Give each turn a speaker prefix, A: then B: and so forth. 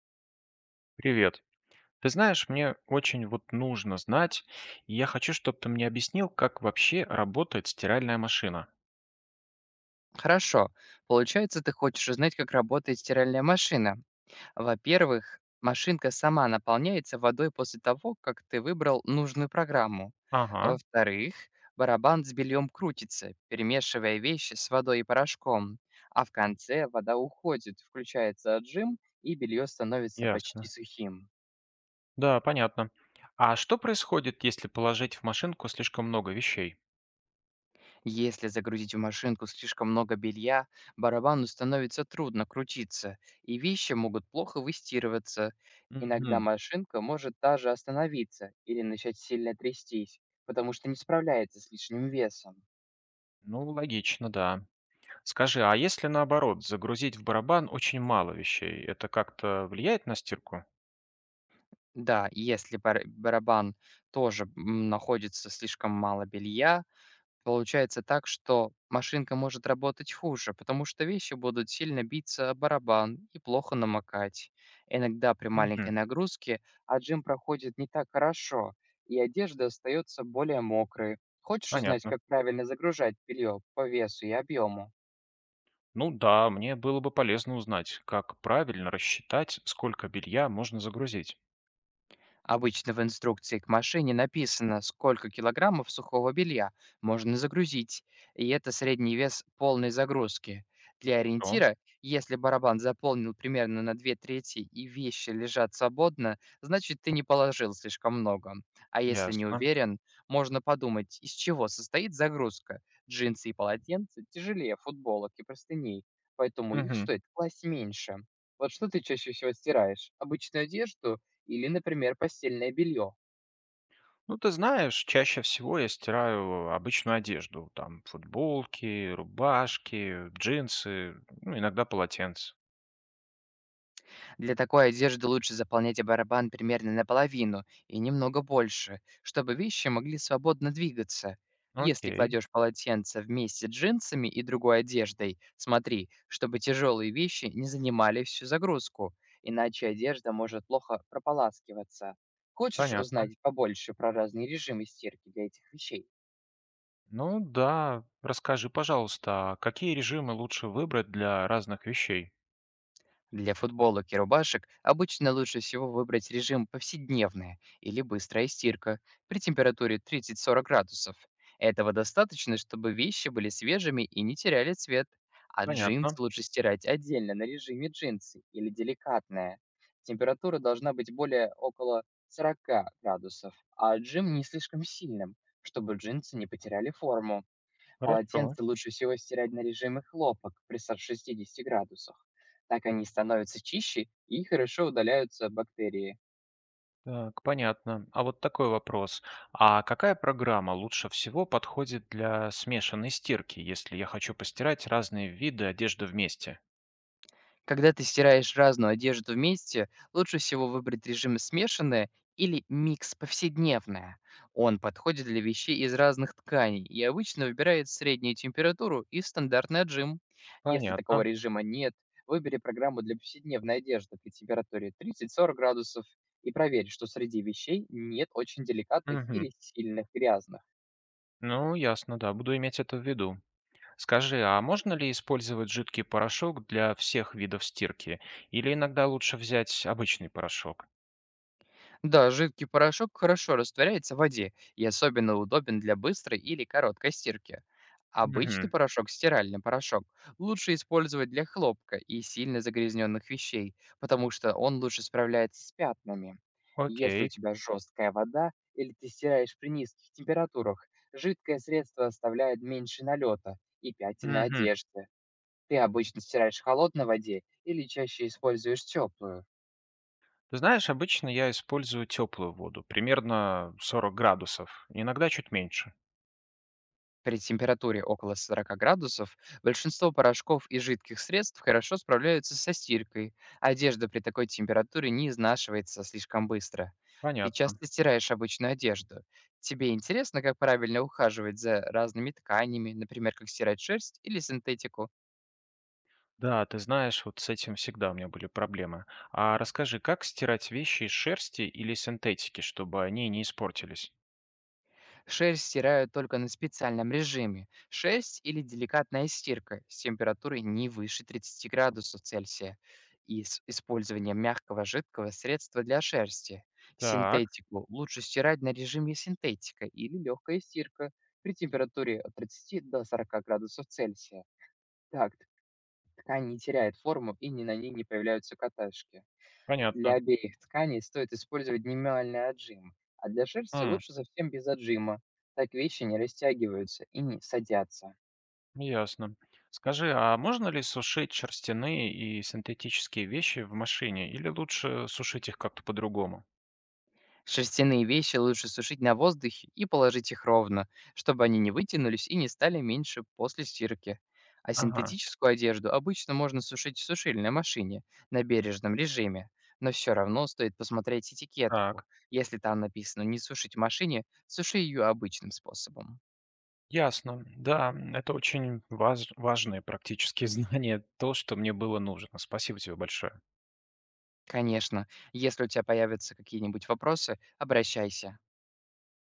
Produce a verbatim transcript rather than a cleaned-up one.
A: Привет. Ты знаешь, мне очень вот нужно знать, и я хочу, чтобы ты мне объяснил, как вообще работает стиральная машина.
B: Хорошо. Получается, ты хочешь узнать, как работает стиральная машина. Во-первых, машинка сама наполняется водой после того, как ты выбрал нужную программу. А
A: Ага,
B: Во-вторых, барабан с бельем крутится, перемешивая вещи с водой и порошком. А в конце вода уходит, включается отжим, и белье становится почти
A: ясно.
B: сухим.
A: Да, понятно. А что происходит, если положить в машинку слишком много вещей?
B: Если загрузить в машинку слишком много белья, барабану становится трудно крутиться, и вещи могут плохо выстирываться. Иногда
A: Мгм.
B: машинка может даже остановиться или начать сильно трястись, потому что не справляется с лишним весом.
A: Ну, логично, да. Скажи, а если наоборот, загрузить в барабан очень мало вещей, это как-то влияет на стирку?
B: Да, если бар- барабан тоже м, находится слишком мало белья, Получается так, что машинка может работать хуже, потому что вещи будут сильно биться о барабан и плохо намокать. Иногда при маленькой
A: Мгм.
B: нагрузке отжим проходит не так хорошо, и одежда остается более мокрой. Хочешь узнать,
A: Понятно.
B: как правильно загружать белье по весу и объему?
A: Ну да, мне было бы полезно узнать, как правильно рассчитать, сколько белья можно загрузить.
B: Обычно в инструкции к машине написано, сколько килограммов сухого белья можно загрузить, и это средний вес полной загрузки. Для ориентира, если барабан заполнил примерно на две трети и вещи лежат свободно, значит ты не положил слишком много. А если не
A: Ясно.
B: уверен, можно подумать, из чего состоит загрузка. Джинсы и полотенца тяжелее футболок и простыней, поэтому их
A: Мгм.
B: стоит класть меньше. Вот что ты чаще всего стираешь? Обычную одежду или, например, постельное белье.
A: Ну, ты знаешь, чаще всего я стираю обычную одежду, там футболки, рубашки, джинсы, ну, иногда полотенце.
B: Для такой одежды лучше заполнять барабан примерно наполовину и немного больше, чтобы вещи могли свободно двигаться. Если
A: Окей,
B: кладешь полотенце вместе с джинсами и другой одеждой, смотри, чтобы тяжелые вещи не занимали всю загрузку, иначе одежда может плохо прополаскиваться. Хочешь
A: понятно.
B: узнать побольше про разные режимы стирки для этих вещей?
A: Ну да, расскажи, пожалуйста, а какие режимы лучше выбрать для разных вещей?
B: Для футболок и рубашек обычно лучше всего выбрать режим повседневная или быстрая стирка при температуре тридцати сорока градусов. Этого достаточно, чтобы вещи были свежими и не теряли цвет. А джинсы
A: Понятно,
B: лучше стирать отдельно на режиме джинсы или деликатная. Температура должна быть более около сорока градусов, а джим не слишком сильным, чтобы джинсы не потеряли форму.
A: хорошо.
B: Полотенце лучше всего стирать на режиме хлопок при ста шестидесяти градусах. Так они становятся чище и хорошо удаляются бактерии.
A: Так, понятно. А вот такой вопрос. А какая программа лучше всего подходит для смешанной стирки, если я хочу постирать разные виды одежды вместе?
B: Когда ты стираешь разную одежду вместе, лучше всего выбрать режим смешанное или микс повседневное. Он подходит для вещей из разных тканей и обычно выбирает среднюю температуру и стандартный отжим. Если
A: Понятно.
B: такого режима нет, выбери программу для повседневной одежды при температуре тридцати сорока градусов и проверь, что среди вещей нет очень деликатных
A: Мгм.
B: или сильных грязных.
A: Ну, ясно, да, буду иметь это в виду. Скажи, а можно ли использовать жидкий порошок для всех видов стирки? Или иногда лучше взять обычный порошок?
B: Да, жидкий порошок хорошо растворяется в воде и особенно удобен для быстрой или короткой стирки. Обычный
A: Мгм.
B: порошок, стиральный порошок, лучше использовать для хлопка и сильно загрязненных вещей, потому что он лучше справляется с пятнами. Если у
A: Окей.
B: тебя жесткая вода или ты стираешь при низких температурах, жидкое средство оставляет меньше налета и пятен на
A: Мгм.
B: одежде. Ты обычно стираешь в холодной воде или чаще используешь теплую.
A: Ты знаешь, обычно я использую теплую воду, примерно сорок градусов, иногда чуть меньше.
B: При температуре около сорока градусов большинство порошков и жидких средств хорошо справляются со стиркой. Одежда при такой температуре не изнашивается слишком быстро. Ты
A: Понятно.
B: часто стираешь обычную одежду. Тебе интересно, как правильно ухаживать за разными тканями, например, как стирать шерсть или синтетику?
A: Да, ты знаешь, вот с этим всегда у меня были проблемы. А расскажи, как стирать вещи из шерсти или синтетики, чтобы они не испортились?
B: Шерсть стирают только на специальном режиме– шерсть или деликатная стирка с температурой не выше тридцати градусов Цельсия и с использованием мягкого жидкого средства для шерсти.
A: Так,
B: Синтетику лучше стирать на режиме синтетика или легкая стирка при температуре от тридцати до сорока градусов Цельсия. Так ткань не теряет форму и ни на ней не появляются каташки. Для
A: понятно.
B: обеих тканей стоит использовать минимальный отжим, а для шерсти лучше совсем без отжима. Так вещи не растягиваются и не садятся.
A: Ясно. Скажи, а можно ли сушить шерстяные и синтетические вещи в машине, или лучше сушить их как-то по-другому?
B: Шерстяные вещи лучше сушить на воздухе и положить их ровно, чтобы они не вытянулись и не стали меньше после стирки. А
A: Ага,
B: синтетическую одежду обычно можно сушить в сушильной машине на бережном режиме, но все равно стоит посмотреть этикетку.
A: так.
B: Если там написано «не сушить в машине», суши ее обычным способом.
A: Ясно. Да, м, это очень важ- важные практические знания, то, что мне было нужно. Спасибо тебе большое.
B: Конечно, если у тебя появятся какие-нибудь вопросы, обращайся.